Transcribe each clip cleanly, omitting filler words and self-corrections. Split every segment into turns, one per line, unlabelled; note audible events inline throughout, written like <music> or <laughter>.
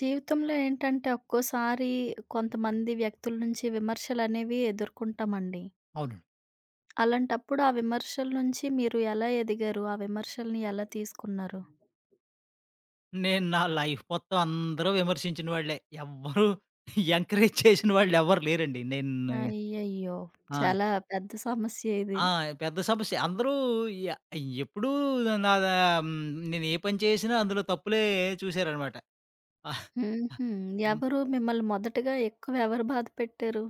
జీవితంలో ఏంటంటే ఒక్కోసారి కొంతమంది వ్యక్తుల నుంచి విమర్శలనేవి ఎదుర్కొంటామండి.
అవునండి.
అలాంటప్పుడు ఆ విమర్శల నుంచి మీరు ఎలా ఎదిగారు? ఆ విమర్శల్ని ఎలా తీసుకున్నారు?
నేను నా లైఫ్ మొత్తం అందరూ విమర్శించిన వాళ్ళే. ఎవ్వరు ఎంకరేజ్ చేసిన వాళ్ళెవ్వరు లేరండి. నేను.
అయ్యయ్యో!
ఆ!
చాలా పెద్ద సమస్య ఇది.
ఆ! పెద్ద సమస్య. అందరూ య ఎప్పుడూ నాదా హ్మ్, నేను ఏ పని చేసినా అందులో తప్పులే చూసారనమాట. ఆహ్, ఆ!
హుహు.
హ్మ్.
ఎవరు మిమ్మల్ని మొదటగా ఎక్కువ ఎవరు బాధపెట్టారు?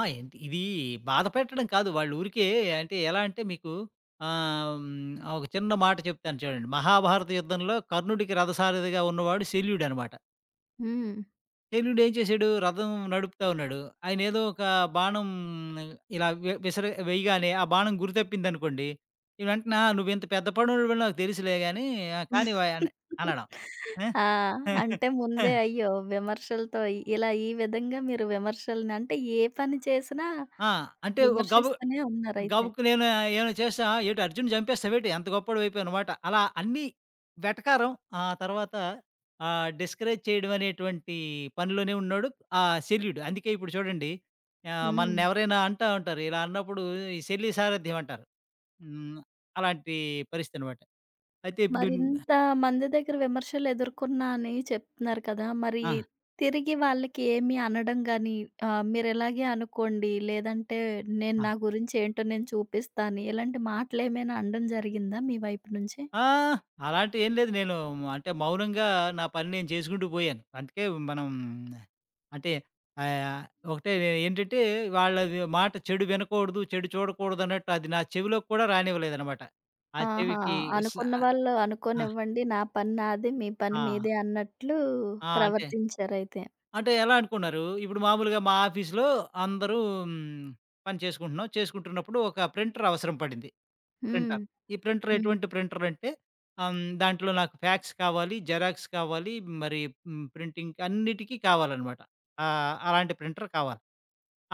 ఆ! ఏంటి ఇది? బాధ పెట్టడం కాదు. వాళ్ళు ఊరికే, అంటే ఎలా అంటే మీకు ఒక చిన్న మాట చెప్తాను చూడండి. మహాభారత యుద్ధంలో కర్ణుడికి రథసారథిగా ఉన్నవాడు శల్యుడనమాట.
హ్మ్.
శల్యుడు ఏం చేశాడు? రథం నడుపుతా ఉన్నాడు. ఆయనేదో ఒక బాణం ఇలా విసర వేయగానే ఆ బాణం గురి తప్పిందనుకోండి, ఈ వెంటనే "ఆ! నువ్వింత పెద్ద పనోడివని నాకు తెలుసులే గానీ, ఆ! కానివ్వయ్" అని
<laughs>
అనడం. ఆ!
ఆ!
<laughs>
అంటే
ఆ!
ముందే అయ్యో! విమర్శలతో ఇలా ఈ విధంగా మీరు విమర్శలని అంటే ఏ పని చేసినా
ఆ! అంటే ఓ గబు
విమర్శిస్తూనే ఉన్నారైతే.
గబుక్కు నేను ఏమైనా చేశా? "ఏటి అర్జున్‌ని చంపేసావేటి? అంత గొప్పోడివైపోయావనమాట." అలా అన్నీ వెటకారం. ఆ తర్వాత డిస్కరేజ్ చేయడం అనేటువంటి పనిలోనే ఉన్నాడు ఆ శల్యుడు. అందుకే ఇప్పుడు చూడండి,
హ్మ్.
మననెవరైనా అంటా ఉంటారు. ఇలా అన్నప్పుడు ఈ శల్య సారథ్యం అంటారు. హ్మ్. అలాంటి పరిస్థితనమాట. అయితే ఇప్పుడు
మరింత మంది దగ్గర విమర్శలు ఎదుర్కొన్నా అని చెప్తున్నారు కదా! మరి
ఆ!
తిరిగి వాళ్ళకి ఏమి అనడం గాని, మీరిలాగే అనుకోండి, లేదంటే నేను
ఆ!
నా గురించి ఏంటో నేను చూపిస్తాను, ఇలాంటి మాటలేమైనా అనడం జరిగిందా మీ వైపు నుంచి?
ఆ! అలాంటియేం లేదు. నేను అంటే మౌనంగా నా పని నేను చేసుకుంటూ పోయాను. అందుకే మనం అంటే ఆహ్, ఒకటే ఏంటంటే, వాళ్ళది మాట చెడు వినకూడదు, చెడు చూడకూడదన్నట్టు అది నా చెవిలోకి కూడా రానివ్వలేదనమాట. ఆ
ఆహా!
చెవికి స
అనుకున్న వాళ్ళు
ఆ!
అనుకోనివ్వండి, నా పని నాది, మీ పని
ఆ!
మీదే అన్నట్లు
ఆ! అంటే,
ప్రవర్తించారయితే.
అంటే ఎలా అనుకున్నారు, ఇప్పుడు మామూలుగా మా ఆఫీస్‌లో అందరూ హ్మ్, పని చేసుకుంటున్నాం. చేసుకుంటున్నప్పుడు ఒక ప్రింటర్ అవసరం పడింది.
హ్మ్.
ప్రింటర్. ఈ ప్రింటర్
హ్మ్.
ఎటువంటి ప్రింటర్ అంటే, దాంట్లో నాకు ఫ్యాక్స్ కావాలి, జెరాక్స్ కావాలి, మరి ప్రింటింగ్ అన్నిటికి కావాలనమాట. అలాంటి ప్రింటర్ కావాలి.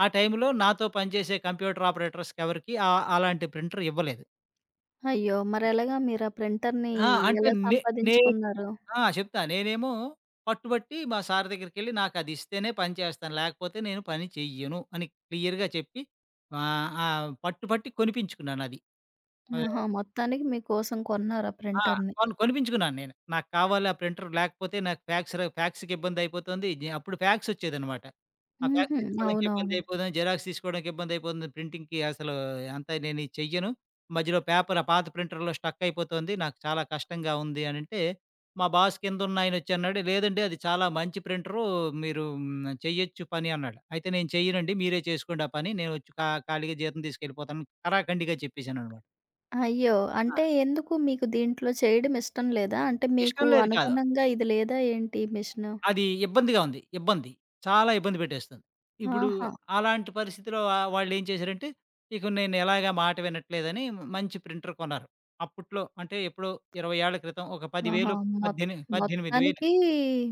ఆ టైంలో నాతో పనిచేసే కంప్యూటర్ ఆపరేటర్స్‌కి ఎవరికీ అలాంటి ప్రింటర్ ఇవ్వలేదు.
అయ్యో! మరెలాగా మీరు ఆ ప్రింటర్‌ని
ఆ! అంటే
ఎలా
నే నే
సంపాదించుకున్నారు?
ఆ! చెప్తా. నేనేమో పట్టుబట్టి మా సార్ దగ్గరికెళ్ళి నాకది ఇస్తేనే పని చేస్తాను. లేకపోతే నేను పని చెయ్యను అని క్లియర్‌గా చెప్పి ఆహ్, ఆహ్, పట్టుబట్టి కొనిపించుకున్నానది. అదే.
ఆహా! మొత్తానికి మీకోసం కొన్నారు ఆ
ఆ!
ప్రింటర్‌ని.
కొనిపించుకున్నాను నేను. నాకు కావాలి ఆ ప్రింటర్. లేకపోతే నాకు ఫ్యాక్స్‌కి ఇబ్బందయిపోతుంది. అప్పుడు ఫ్యాక్సొచ్చేదనమాట. ఆ ఫ్యాక్స్
హుహు.
తీసుకోవడానికి
అవునవును.
ఇబ్బందయిపోతుంది. జిరాక్స్ తీసుకోవడానికి ఇబ్బందయిపోతుంది. ప్రింటింగ్‌కి అసలు అంత నేను ఇది చెయ్యను. మధ్యలో పేపర్ ఆ పాత ప్రింటర్‌లో స్టక్ అయిపోతుంది. నాకు చాలా కష్టంగా ఉంది అనంటే, మా బాస్ కిందున్నాయనొచ్చి అన్నాడు, "లేదండి అది చాలా మంచి ప్రింటరు. మీరు చెయ్యొచ్చు పని" అన్నాడు. అయితే నేను చెయ్యనండి. మీరే చేసుకోండి ఆ పని. నేనొచ్చి ఖాళీగా జీతం తీసుకెళ్ళిపోతాను. ఖరాఖండిగా చెప్పేసాననమాట.
అయ్యో!
ఆ!
అంటే ఎందుకు మీకు దీంట్లో చేయడం ఇష్టం లేదా? అంటే
ఇష్టం
మీకు
లేదు కాదు.
అనుగుణంగా ఇది లేదా ఏంటి మిషను?
అది ఇబ్బందిగా ఉంది. ఇబ్బంది. చాలా ఇబ్బంది పెట్టేస్తుంది. ఇప్పుడు
ఆహా!
అలాంటి పరిస్థితిలో వాళ్ళేం చేశారంటే, ఇక నేను ఎలాగా మాట వినట్లేదని మంచి ప్రింటర్ కొన్నారు. అప్పట్లో అంటే ఎప్పుడో 20 ఏళ్ల క్రితం ఒక
ఆహా!
10,000,
మొత్
పద్దెని 18,000.
మొత్తానికి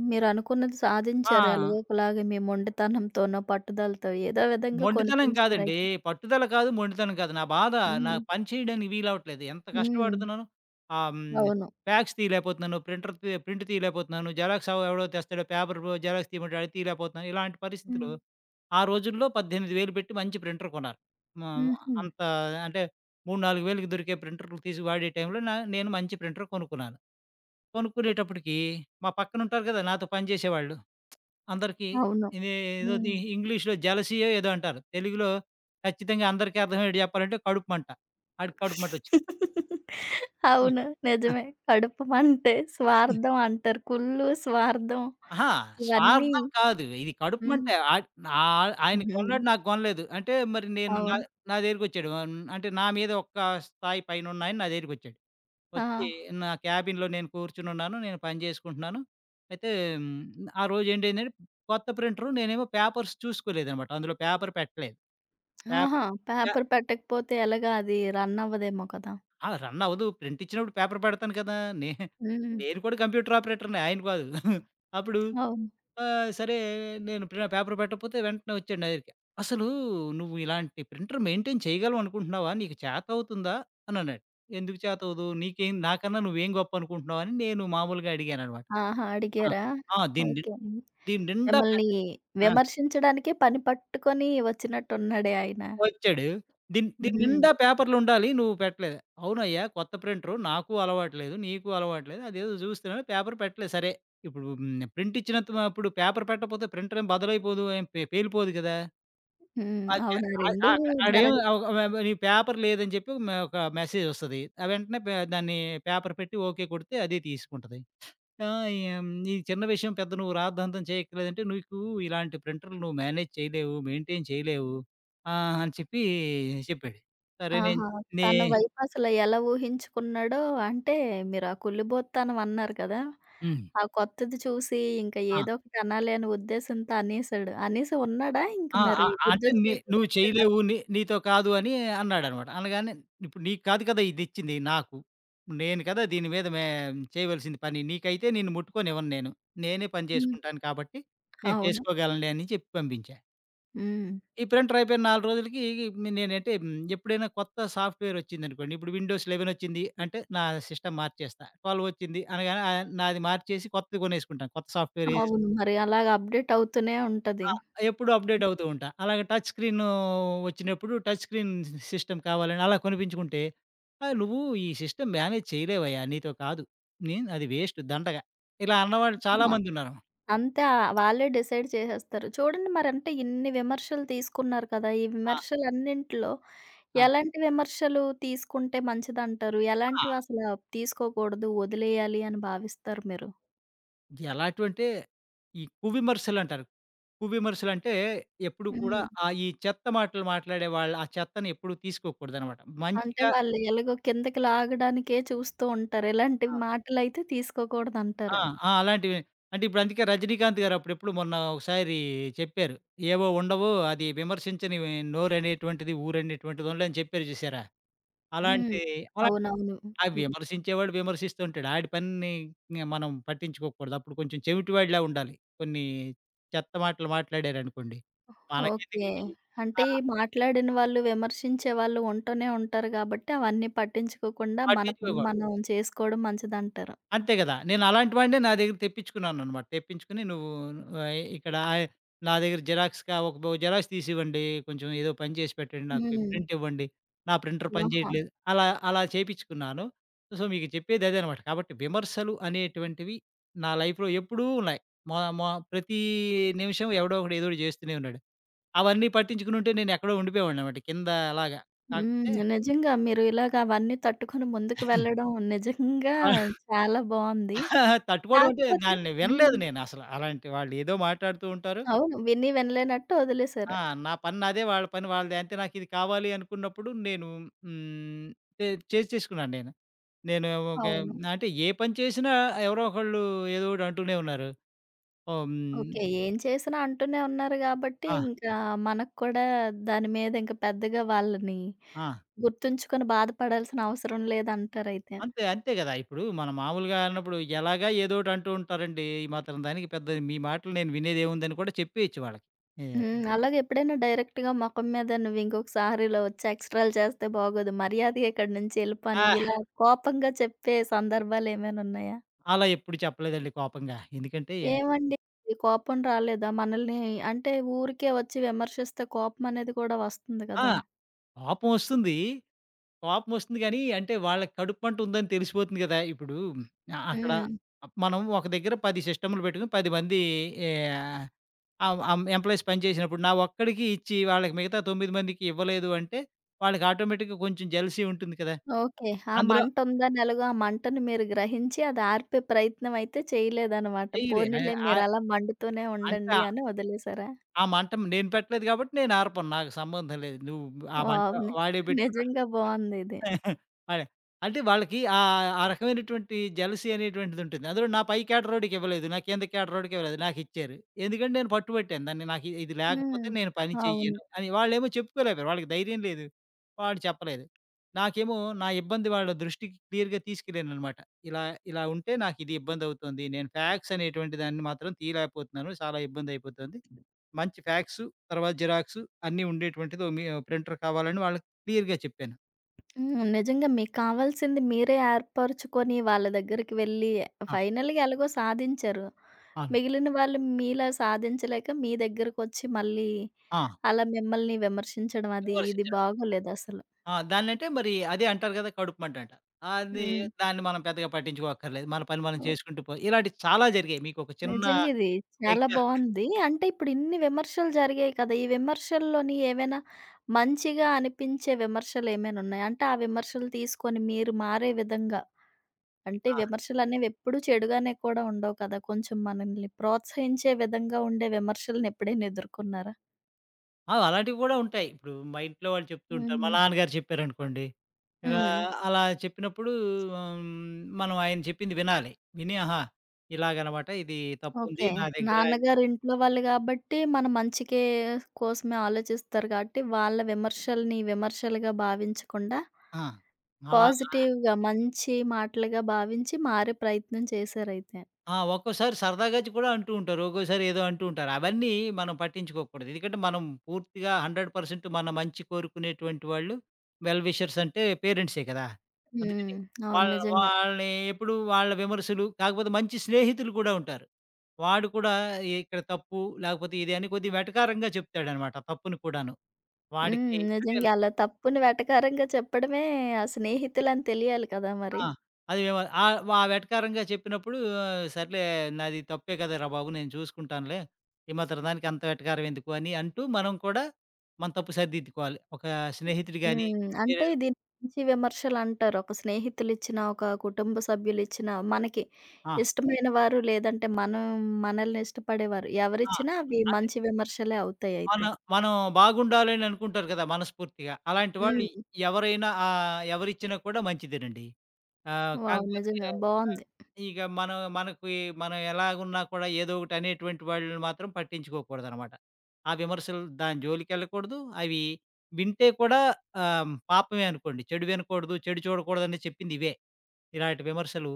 మీరనుకున్నది
ఆ!
సాధించారు. ఎలాగో ఒకలాగా మీ మొండితనంతోనో, పట్టుదలతో ఏదో విధంగా
మొండితనం కాదండి.
కొనిపించారయితే.
పట్టుదల కాదు, మొండితనం కాదు. నా బాధ,
హ్మ్.
నాకు పని చేయడానికి వీలవ్వట్లేదు. ఎంత
హ్మ్.
కష్టపడుతున్నాను. ఆహ్, హ్మ్.
అవును.
ఫ్యాక్స్ తీయలేకపోతున్నాను. ప్రింటర్ తీ ప్రింట్ తీయలేకపోతున్నాను. జెరాక్స్ ఎవడో తెస్తాడు. పేపర్ జెరాక్స్ తీయమంటాడు. అది తీయలేకపోతున్నాను. ఇలాంటి పరిస్థితులు.
హ్మ్.
ఆ రోజుల్లో 18,000 పెట్టి మంచి ప్రింటర్ కొన్నారు. హ్మ్.
హుహు.
అంత అంటే 3, 4,000కి దొరికే ప్రింటర్‌లు తీసి వాడే టైంలో నేను మంచి ప్రింటర్ కొనుక్కున్నాను. కొనుక్కునేటప్పటికి మా పక్కన ఉంటారు కదా, నాతో పని చేసేవాళ్ళు. అందరికీ
అవును.
ఇది ఏదోది
హ్మ్.
ఇంగ్లీష్‌లో జెలసీయో ఏదో అంటారు. తెలుగులో ఖచ్చితంగా అందరికీ అర్థమయ్యేట్టు చెప్పాలంటే కడుపుమంట. ఆడికి కడుపుమంటొచ్చి
అవును. నిజమే. కడుపు మంటే, స్వార్థం అంటారు. కుళ్ళు, స్వార్థం
అహా!
ఇవన్నీ
స్వార్థం కాదు. ఇది
హ్మ్.
కడుపుమంటే నా. ఆయనకి
హ్మ్.
కొన్నాడు నాకు కొనలేదు అంటే, మరి నేను నా
అవును.
నా దగ్గరికొచ్చాడు. అంటే నా మీద ఒక్క స్థాయి పైనున్నాయన నా దగ్గరికొచ్చాడు.
ఆ!
వచ్చి నా క్యాబిన్‌లో నేను కూర్చునున్నాను. నేను పని చేసుకుంటున్నాను. అయితే ఆ రోజు ఏంటైందంటే, కొత్త ప్రింటరు నేనేమో పేపర్స్ చూసుకోలేదనమాట. అందులో పేపర్ పెట్టలేదు.
ఆహా!
పేపర్ పే
పేపర్ పెట్టకపోతే ఎలాగా అది రన్ అవ్వదేమో కదా!
ఆ! రన్ అవ్వదు. ప్రింట్ ఇచ్చినప్పుడు పేపర్ పెడతాను కదా! నే
హ్మ్.
నేను కూడా కంప్యూటర్ ఆపరేటర్‌నే. ఆయన కాదు. అప్పుడు
అవును.
సరే నేను పేపర్ పెట్టకపోతే వెంటనే వచ్చాడు నా దగ్గరికి. "అసలు నువ్వు ఇలాంటి ప్రింటర్ మెయింటైన్ చేయగలవు అనుకుంటున్నావా? నీకు చేతవుతుందా?" అని అన్నాడు. "ఎందుకు చేతవ్వదు? నీకేం నాకన్నా నువ్వేం గొప్పనుకుంటున్నావు?" అని నేను మామూలుగా అడిగాననమాట.
ఆహా!
ఆ!
అడిగారా?
ఆ! దీని నిన్
ఓకే.
దీని నిండా పే
మిమ్మల్ని
ఆ!
విమర్శించడానికే పని పట్టుకొని వచ్చినట్టున్నాడే ఆయన.
వచ్చాడు. దీని దీని
హ్మ్.
నిండా పేపర్‌లుండాలి. నువ్వు పెట్టలేదు. అవునయ్యా! కొత్త ప్రింటరు. నాకు అలవాట్లేదు. నీకు అలవాట్లేదు. అదేదో చూస్తున్నాను, పేపర్ పెట్టలేదు. సరే, ఇప్పుడు హ్మ్. ప్రింట్ ఇచ్చినంత అప్పుడు పేపర్ పెట్టకపోతే ప్రింటరేం బదలైపోదు. ఏం పేలిపోదు కదా!
హ్మ్.
అది పె
అవునా!
ఆహ్,
రెండూ
ఆహ్, ఆడేం
జరగ
నీ పేపర్ లేదని చెప్పి ఒక మెసేజ్ వస్తది. ఆ వెంటనే దాన్ని పేపర్ పెట్టి ఓకే కొడితే అది తీసుకుంటది. ఆ! ఏం "ఈ చిన్న విషయం పెద్ద నువ్వు రాద్ధాంతం చేయక్కర్లేదంటే, నీకు ఇలాంటి ప్రింటర్‌లు నువ్వు మేనేజ్ చేయలేవు, మెయింటైన్ చేయలేవు" అని చెప్పి చెప్పాడు. సరే నేను
ఆహా!
నే
తన వైపు అసలు ఎలా ఊహించుకున్నాడో అంటే మీరు ఆ కుళ్ళిబోత్తానం అన్నారు కదా!
హ్మ్.
ఆ కొత్తది చూసి ఇంకా
ఆ!
ఏదో ఒకటి అనాలి అనే ఉద్దేశంతో అనేసాడు. అనేసి ఉన్నాడా? ఇంక
ఆ! ఆ!
మరి
ఆ, అంటే నే
బుద్ధొచ్చినట్లు
"నువ్వు
చెప్పారా?
చేయలేవు, నీతో కాదు" అని అన్నాడనమాట. అనగానే ఇప్పుడు నీకు కాదు కదా! ఇదిచ్చింది నాకు. నేను కదా దీని మీద మే చేయవలసింది పని. నీకైతే నిన్ను ముట్టుకోనివ్వను నేను. నేనే పని
హ్మ్.
చేసుకుంటాను కాబట్టి, నేను
అవును.
చేసుకోగలనులే అని చెప్పి పంపించా.
హ్మ్.
ఈ ప్రింటర్ అయిపోయిన 4 రోజులకి నేనంటే ఎప్పుడైనా కొత్త సాఫ్ట్‌వేర్ వచ్చిందనుకోండి. ఇప్పుడు విండోస్ 11 వచ్చింది అంటే, నా సిస్టమ్ మార్చేస్తా. 12 వచ్చింది అనగానే నాది మార్చేసి కొత్తది కొనేసుకుంటాను. కొత్త సాఫ్ట్‌వేర్ ఏస్
అవును. మరి అలాగ అప్‌డేట్ అవుతూనే ఉంటది.
ఆ! ఎప్పుడూ అప్‌డేట్ అవుతూ ఉంటా. అలాగే టచ్ స్క్రీను వచ్చినప్పుడు టచ్ స్క్రీన్ సిస్టమ్ కావాలని అలా కొనిపించుకుంటే, నువ్వు ఈ సిస్టమ్ మేనేజ్ చేయలేవయ్యా! నీతో కాదు. నేను అది వేస్ట్ దండగ." ఇలా అన్నవాళ్ళు చాలా మందున్నారు.
అంతే. వాళ్ళే డిసైడ్ చేసేస్తారు. చూడండి మరంటే ఇన్ని విమర్శలు తీసుకున్నారు కదా! ఈ
ఆ!
విమర్శలన్నింటిలో
ఆ!
ఎలాంటి విమర్శలు తీసుకుంటే మంచిదంటారు? ఎలాంటివి
ఆ!
అసల తీసుకోకూడదు, వదిలేయాలి అని భావిస్తారు మీరు?
ఎలాంటివంటే, ఈ కువిమర్శలంటారు. కువిమర్శలంటే ఎప్పుడు కూడా
హ్మ్.
ఆ ఈ చెత్త మాటలు మాట్లాడే వాళ్ళు ఆ చెత్తని ఎప్పుడు తీసుకోకూడదనమాట.
అంటే
మంచిగా.
వాళ్ళు ఎలాగో కిందకి లాగడానికే చూస్తూ ఉంటారు. ఇలాంటి
ఆ!
మాటలైతే
ఆ!
తీసుకోకూడదంటారు.
అలాంటివి, అంటే ఇప్పుడు అందుకే రజనీకాంత్ గారు అప్పుడెప్పుడు మొన్న ఒకసారి చెప్పారు. "ఏవో ఉండవు, అది విమర్శించని నోరనేటువంటిది ఊరనేటువంటిది ఉండదు" అని చెప్పారు చూసారా?
హ్మ్.
అలాంటి అలా
అవునవును.
ఆ విమర్శించేవాడు విమర్శిస్తూ ఉంటాడు. ఆడి పనిని మనం పట్టించుకోకూడదు. అప్పుడు కొంచెం చెవిటివాడిలా ఉండాలి. కొన్ని చెత్త మాటలు మాట్లాడారనుకోండి,
ఓకే.
మనకెందుకివి.
అంటే
ఆ!
ఈ మాట్లాడిన వాళ్ళు, విమర్శించే వాళ్ళు ఉంటూనే ఉంటారు గాబట్టి, అవన్నీ పట్టించుకోకుండా మన పని
పట్టించుకోకూడదు.
మనం చేసుకోవడం మంచిదంటారు.
అంతే గదా! నేను అలాంటి వాడినే నా దగ్గర తెప్పించుకున్నాననమాట. తెప్పించుకొని నువ్వు ఇక్కడ నా దగ్గర జిరాక్స్‌గా ఒక బో జిరాక్స్ తీసివ్వండి. కొంచెం ఏదో పని చేసి పెట్టండి. నాకు ఈ
హ్మ్.
ప్రింట్ ఇవ్వండి. నా ప్రింటర్ పని
ఆహా!
చేయట్లేదు. అలా అలా చేపించుకున్నాను. సో, మీకు చెప్పేది అదే అనమాట. కాబట్టి విమర్శలు అనేటువంటివి నా లైఫ్‌లో ఎప్పుడూ ఉన్నాయి. మొ మొ ప్రతి నిమిషం ఎవడో ఒకడు ఏదో ఒకటి చేస్తూనే ఉన్నాడు. అవన్నీ పట్టించుకునుంటే నేను ఎక్కడో ఉండిపోయేవాడిననమాట. కింద అలాగా.
హ్మ్.
కాకపోతే
నిజంగా మీరు ఇలాగ అవన్నీ తట్టుకొని ముందుకు
<laughs>
వెళ్ళడం నిజంగా చాలా బావుంది.
<laughs> ఆహా! తట్టుకోవడం అంటే
కాకపోతే
దాన్ని
హ్మ్.
వినలేదు నేనసల. అలాంటి వాళ్ళు ఏదో మాట్లాడుతూ ఉంటారు.
అవును. విని వినలేనట్టు వదిలేశారు.
ఆ! నా పని నాదే, వాళ్ళ పని వాళ్ళదే. అంతే. నాకిది కావాలి అనుకున్నప్పుడు నేను హ్మ్, చే చేసేసుకున్నాను నేను. నేను ఓకే.
అవును.
అంటే ఏ పని చేసినా ఎవరో ఒకళ్ళు ఏదో ఒకటి అంటూనే ఉన్నారు. ఓహ్! హ్మ్.
ఓకే. ఏం చేసినా అంటూనే ఉన్నారు గాబట్టి,
ఆ!
ఇంకా మనకు కూడా దాని మీద ఇంక పెద్దగా వాళ్ళని
ఆ!
గుర్తుంచుకొని బాధపడాల్సిన అవసరం లేదంటారయితే.
అంతే. అంతే గదా! ఇప్పుడు మనం మామూలుగా అన్నప్పుడు ఎలాగా ఏదో ఒకటి అంటూ ఉంటారండి. ఈ మాత్రం దానికి పెద్ద మీ మాటలు నేను వినేదేముందని కూడా చెప్పేయొచ్చు వాళ్ళకి. ఏ
హ్మ్. అలాగే ఎప్పుడైనా డైరెక్ట్‌గా మొఖం మీద నువ్వింకొకసారి ఇలా వచ్చి ఎక్స్ట్రాలు చేస్తే బాగోదు. మర్యాదగా ఇక్కడి నుంచి ఎళ్ళిపో
ఆ!
అని ఇలా కోపంగా చెప్పే సందర్భాలేమైనున్నాయా?
అలా ఎప్పుడు చెప్పలేదండి కోపంగా. ఎందుకంటే
ఏవండీ కోపం రాలేదా? మనల్ని అంటే ఊరికే వచ్చి విమర్శిస్తే కోపమనేది కూడా వస్తుంది
ఆ!
కదా!
కోపం వస్తుంది. కోపం వస్తుంది గానీ, అంటే వాళ్ళకి కడుపుమంట ఉందని తెలిసిపోతుంది గదా! ఇప్పుడు అక్కడ
హ్మ్.
మనం ఒక దగ్గర 10 సిస్టమ్‌లు పెట్టుకొని 10 మంది ఆహ్, ఆహ్, ఆహ్, ఎంప్లాయీస్ పనిచేసినప్పుడు నా ఒక్కడికి ఇచ్చి వాళ్ళకి మిగతా 9 మందికి ఇవ్వలేదు అంటే, వాళ్ళకి ఆటోమేటిక్‌గా కొంచెం జెలసీ ఉంటుంది కదా!
ఓకే. ఆ
అందులో
మంటుందని ఎలాగో ఆ మంటను మీరు గ్రహించి అది ఆర్పే ప్రయత్నం అయితే చేయలేదనమాట.
చెయ్యలే ఆహ్,
పోనీలే
ఆహ్,
మీరలా మండుతూనే
అంటే
ఉండండి
ఆ
అని వదిలేసారా?
ఆ మంట నేను పెట్టలేదు కాబట్టి నేను ఆర్పను. నాకు సంబంధం లేదు. నువ్వు ఆ మంట
వావ్! ని
వాడే పెట్టుకున్నాడు.
నిజంగా బావుందిది.
అదే. అంటే వాళ్ళకి ఆ రకమైనటువంటి జెలసీ అనేటువంటిదుంటుంది. అందులో నా పై కేటరోడికి ఇవ్వలేదు. నా కింద కేటరోడికి ఇవ్వలేదు. నాకిచ్చారు. ఎందుకంటే నేను పట్టుబట్టాను దాన్ని. నాకు ఇది లేకపోతే
హ్మ్.
నేను పని
అవును.
చెయ్యను అని. వాళ్ళేమో చెప్పుకోలేకపోయారు. వాళ్ళకి ధైర్యం లేదు. వాళ్ళు చెప్పలేదు. నాకేమో నా ఇబ్బంది వాళ్ళ దృష్టికి క్లియర్‌గా తీసుకెళ్ళాననమాట. ఇలా, ఇలా ఉంటే నాకిది ఇబ్బందవుతుంది. నేను ఫ్యాక్స్ అనేటువంటి దాన్ని మాత్రం తీయలేకపోతున్నాను. చాలా ఇబ్బందయిపోతుంది. మంచి ఫ్యాక్సు, తర్వాత జిరాక్సు అన్నీ ఉండేటువంటిది ఓ మీ ప్రింటర్ కావాలని వాళ్ళకి క్లియర్‌గా చెప్పాను.
హ్మ్. నిజంగా మీకు కావాల్సింది మీరే ఏర్పరుచుకొని వాళ్ళ దగ్గరికి వెళ్ళి
ఆ!
ఫైనల్‌గా ఎలాగో సాధించారు.
అవును.
మిగిలిన వాళ్ళు మీలా సాధించలేక మీ దగ్గరకొచ్చి మళ్ళీ
ఆ!
అలా మిమ్మల్ని విమర్శించడం అది ఇది
విమర్శించడం.
బాగోలేదసలు.
ఆ! దాన్నంటే మరి అదే అంటారు గదా! కడుపుమంట అంట. అది
హ్మ్.
దాన్ని మనం పెద్దగా పట్టించుకోక్కర్లేదు. మన పని మనం
ఓహ్!
చేసుకుంటూ పో. ఇలాంటివి చాలా జరిగాయి. మీకొక చిన్న
నిజంగా ఇది చాలా
ఎగ్జా
బావుంది. అంటే ఇప్పుడు ఇన్ని విమర్శలు జరిగాయి కదా! ఈ విమర్శల్లోని ఏవైనా మంచిగా అనిపించే విమర్శలేమైనా ఉన్నాయా? అంటే ఆ విమర్శలు తీసుకొని మీరు మారే విధంగా? అంటే
ఆ!
విమర్శలనేవెప్పుడూ చెడుగానే కూడా ఉండవు కదా! కొంచెం మనల్ని ప్రోత్సహించే విధంగా ఉండే విమర్శలనెప్పుడైనా ఎదుర్కొన్నారా?
ఆ! అలాంటివి గూడా ఉంటాయి. ఇప్పుడు మా ఇంట్లో వాళ్ళు చెప్తూ ఉంటారు. మా
హ్మ్.
నాన్నగారు చెప్పారనుకోండి. ఇలా
హ్మ్.
అలా చెప్పినప్పుడు హ్మ్, మనం ఆయన చెప్పింది వినాలి. విని ఆహా! ఇలాగనమాట. ఇది తప్పుంది
ఓకే.
నా దగ్గర అని.
నాన్నగారు ఇంట్లో వాళ్ళు గాబట్టి, మన మంచికే కోసమే ఆలోచిస్తారు కాబట్టి, వాళ్ళ విమర్శల్ని విమర్శలుగా భావించకుండా,
ఆ! అలా
పాజిటివ్‌గా మంచి మాటలుగా భావించి మారే ప్రయత్నం చేశారైతే.
ఆ! ఒక్కోసారి సరదాగా చ్ కూడా అంటూ ఉంటారు. ఒక్కోసారి ఏదో అంటూ ఉంటారు. అవన్నీ మనం పట్టించుకోకూడదు. ఎందుకంటే మనం పూర్తిగా 100% మన మంచి కోరుకునేటువంటి వాళ్ళు, వెల్ విషర్స్ అంటే పేరెంట్సే కదా!
హ్మ్.
అందుకని
అవును. నిజంగా.
వాళ్ళని ఎప్పుడు వాళ్ళ విమర్శలు కాకపోతే మంచి స్నేహితులు కూడా ఉంటారు. వాడు కూడా ఇక్కడ తప్పు లేకపోతే ఇది అని కొద్దిగా వెటకారంగా చెప్తాడనమాట తప్పుని కూడాను.
హ్మ్.
వాడికి అంటే
నిజంగా అలా తప్పుని వెటకారంగా చెప్పడమే ఆ స్నేహితులని తెలియాలి కదా మరి.
ఆ! అది మేము ఆ వెటకారంగా చెప్పినప్పుడు సర్లే నాది తప్పే కదరా బాబు! నేను చూసుకుంటానులే. ఈ మాత్రం దానికి అంత వెటకారం ఎందుకు అని అంటూ మనం కూడా మన తప్పు సరిదిద్దుకోవాలి. ఒక స్నేహితుడు గాని
హ్మ్. అంటే
వేరే
దీన్ని మంచి విమర్శలంటారు. ఒక స్నేహితులిచ్చిన, ఒక కుటుంబ సభ్యులిచ్చిన, మనకి
ఆ!
ఇష్టమైన వారు లేదంటే మనం మనల్ని ఇష్టపడేవారు
ఆ!
ఎవరిచ్చినా అవి
అంటే
మంచి విమర్శలే అవుతాయయితే.
మనం మనం బాగుండాలని అనుకుంటారు కదా, మనస్ఫూర్తిగా. అలాంటి వాళ్ళు
హ్మ్.
ఎవరైనా ఎవరిచ్చినా కూడా మంచిదేనండి.
వావ్!
కాకపోతే
నిజంగా బావుంది.
ఇక మనం మనకి మనం ఎలాగున్నా కూడా ఏదో ఒకటి అనేటువంటి వాళ్ళని మాత్రం పట్టించుకోకూడదనమాట. ఆ విమర్శలు దాని జోలికెళ్ళకూడదు. అవి వింటే కూడా పాపమే అనుకోండి. చెడు వినకూడదు, చెడు చూడకూడదని చెప్పింది ఇవే. ఇలాంటి విమర్శలు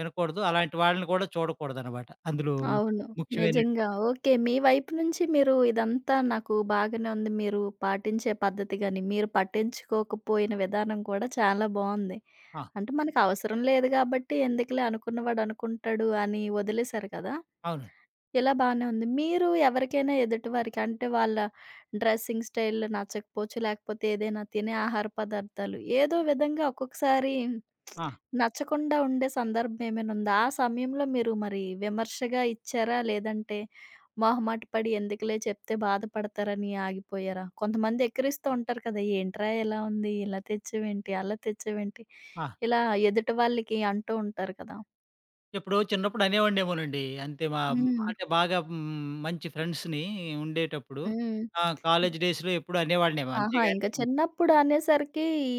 వినకూడదు. అలాంటి వాళ్ళని కూడా చూడకూడదనమాట. అందులో
అవును.
ముఖ్యమైన
నిజంగా. ఓకే. మీ వైపు నుంచి మీరు ఇదంతా నాకు బాగానే ఉంది. మీరు పాటించే పద్ధతి గాని, మీరు పట్టించుకోకపోయిన విధానం కూడా చాలా బావుంది.
ఆ!
అంటే మనకవసరం లేదు గాబట్టి, ఎందుకులే అనుకున్నవాడు అనుకుంటాడు అని వదిలేశారు కదా!
అవునండి.
ఇలా బానే ఉంది. మీరు ఎవరికైనా ఎదుటి వారికి అంటే వాళ్ళ డ్రెస్సింగ్ స్టైల్ నచ్చకపోవచ్చు, లేకపోతే ఏదైనా తినే ఆహార పదార్థాలు ఏదో విధంగా ఒక్కొక్కసారి
ఆ!
నచ్చకుండా ఉండే సందర్భం ఏమైనా ఉందా? ఆ సమయంలో మీరు మరి విమర్శగా ఇచ్చారా? లేదంటే మొహమాట పడి ఎందుకులే చెప్తే బాధపడతారని ఆగిపోయారా? కొంతమంది ఎక్కిరిస్తూ ఉంటారు కదా! ఏంట్రా ఇలా ఉంది, ఇలా తెచ్చావేంటి, అలా తెచ్చావేంటి
ఆ!
ఇలా ఎదుటి వాళ్ళకి అంటూ ఉంటారు కదా!
ఎప్పుడో చిన్నప్పుడు అనేవాడినేమోనండి. అంతే మా,
హ్మ్.
అంటే బాగా మంచి ఫ్రెండ్స్‌ని ఉండేటప్పుడు
హ్మ్.
ఆ! కాలేజ్ డేస్‌లో ఎప్పుడు అనేవాడినేమో.
ఆహా! ఇంక
అంతేగాని
చిన్నప్పుడు అనేసరికి ఈ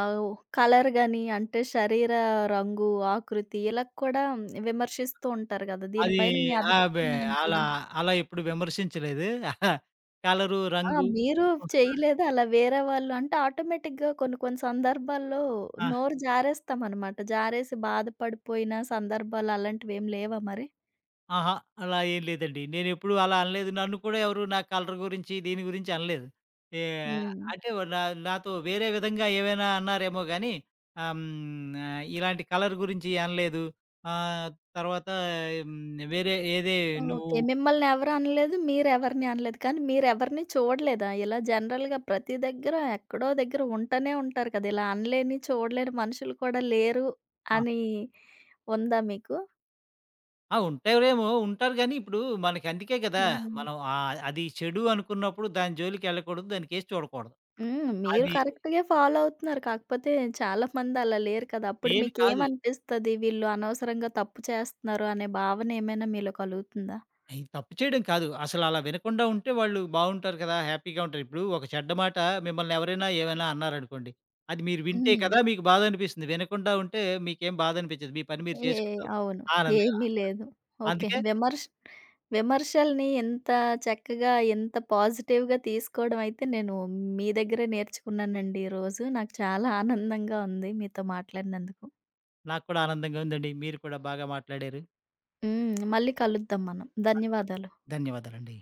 ఆవ్ కలర్ గాని, అంటే శరీర రంగు, ఆకృతి ఇలా కూడా విమర్శిస్తూ ఉంటారు కదా!
అది
దీనిపైన మీ
ఆహ్, బె
అభిప్రాయం ఏంటి?
అలా అలా ఎప్పుడు విమర్శించలేదు. <laughs> కలరు,
ఆ!
రంగు,
మీరు చేయలేదు అలా వేరే వాళ్ళు అంటే ఆటోమేటిక్‌గా కొన్ని కొన్ని సందర్భాల్లో
ఆ!
నోరు జారేస్తామనమాట. జారేసి బాధపడిపోయిన సందర్భాలు అలాంటివేమి లేవా మరి?
అహా! అలా ఏం లేదండి. నేనెప్పుడు అలా అనలేదు. నన్ను కూడా ఎవరు నా కలర్ గురించి, దీని గురించి అనలేదు. ఏ
హ్మ్.
అంటే నా నాతో వేరే విధంగా ఏవైనా అన్నారేమో గానీ, ఇలాంటి కలర్ గురించి అనలేదు. ఆహ్, తర్వాత వేరే ఏదే నువ్వు
ఓకే. మిమ్మల్ని ఎవరు అనలేదు. మీరెవరిని అనలేదు. కానీ మీరెవరిని చూడలేదా? ఇలా జనరల్‌గా ప్రతి దగ్గర ఎక్కడో దగ్గర ఉంటనే ఉంటారు కదా! ఇలా అనలేని, చూడలేని మనుషులు కూడా లేరు
ఆ!
అని ఉందా మీకు?
ఆ! ఉంటారేమో, ఉంటారు గానీ, ఇప్పుడు మనకి అందుకే గదా!
హ్మ్.
మనం అది చెడు అనుకున్నప్పుడు దాని జోలికెళ్ళకూడదు. దానికేసి చూడకూడదు.
హ్మ్. మీరు
అది
కరెక్ట్‌గే ఫాలో అవుతున్నారు. కాకపోతే చాలా మంది అలా లేరు కదా! అప్పుడు
నేను కాదు.
మీకేమనిపిస్తది? వీళ్ళు అనవసరంగా తప్పు చేస్తున్నారు అనే భావన ఏమైనా మీలో కలుగుతుందా?
ఈ తప్పు చేయడం కాదు. అసలలా వినకుండా ఉంటే వాళ్ళు బావుంటారు కదా! హ్యాపీగా ఉంటారు. ఇప్పుడు ఒక చెడ్డ మాట మిమ్మల్ని ఎవరైనా ఏమైనా అన్నారనుకోండి. అది మీరు వింటే
హ్మ్.
కదా మీకు బాధనిపిస్తుంది. వినకుండా ఉంటే మీకేం బాధనిపించదు. మీ పని మీరు
ఏ
చేసుకుంటూ
అవును.
ఆనందంగా.
ఏమీ లేదు. ఓకే.
అందుకే
విమర్శల్ని ఎంత చక్కగా, ఎంత పాజిటివ్‌గా తీసుకోవడం అయితే నేను మీ దగ్గరే నేర్చుకున్నానండి ఈరోజు. నాకు చాలా ఆనందంగా ఉంది మీతో మాట్లాడినందుకు.
నాకు కూడా ఆనందంగా ఉందండి. మీరు కూడా బాగా మాట్లాడారు.
హ్మ్. మళ్ళీ కలుద్దాం మనం. ధన్యవాదాలు.
ధన్యవాదాలండి.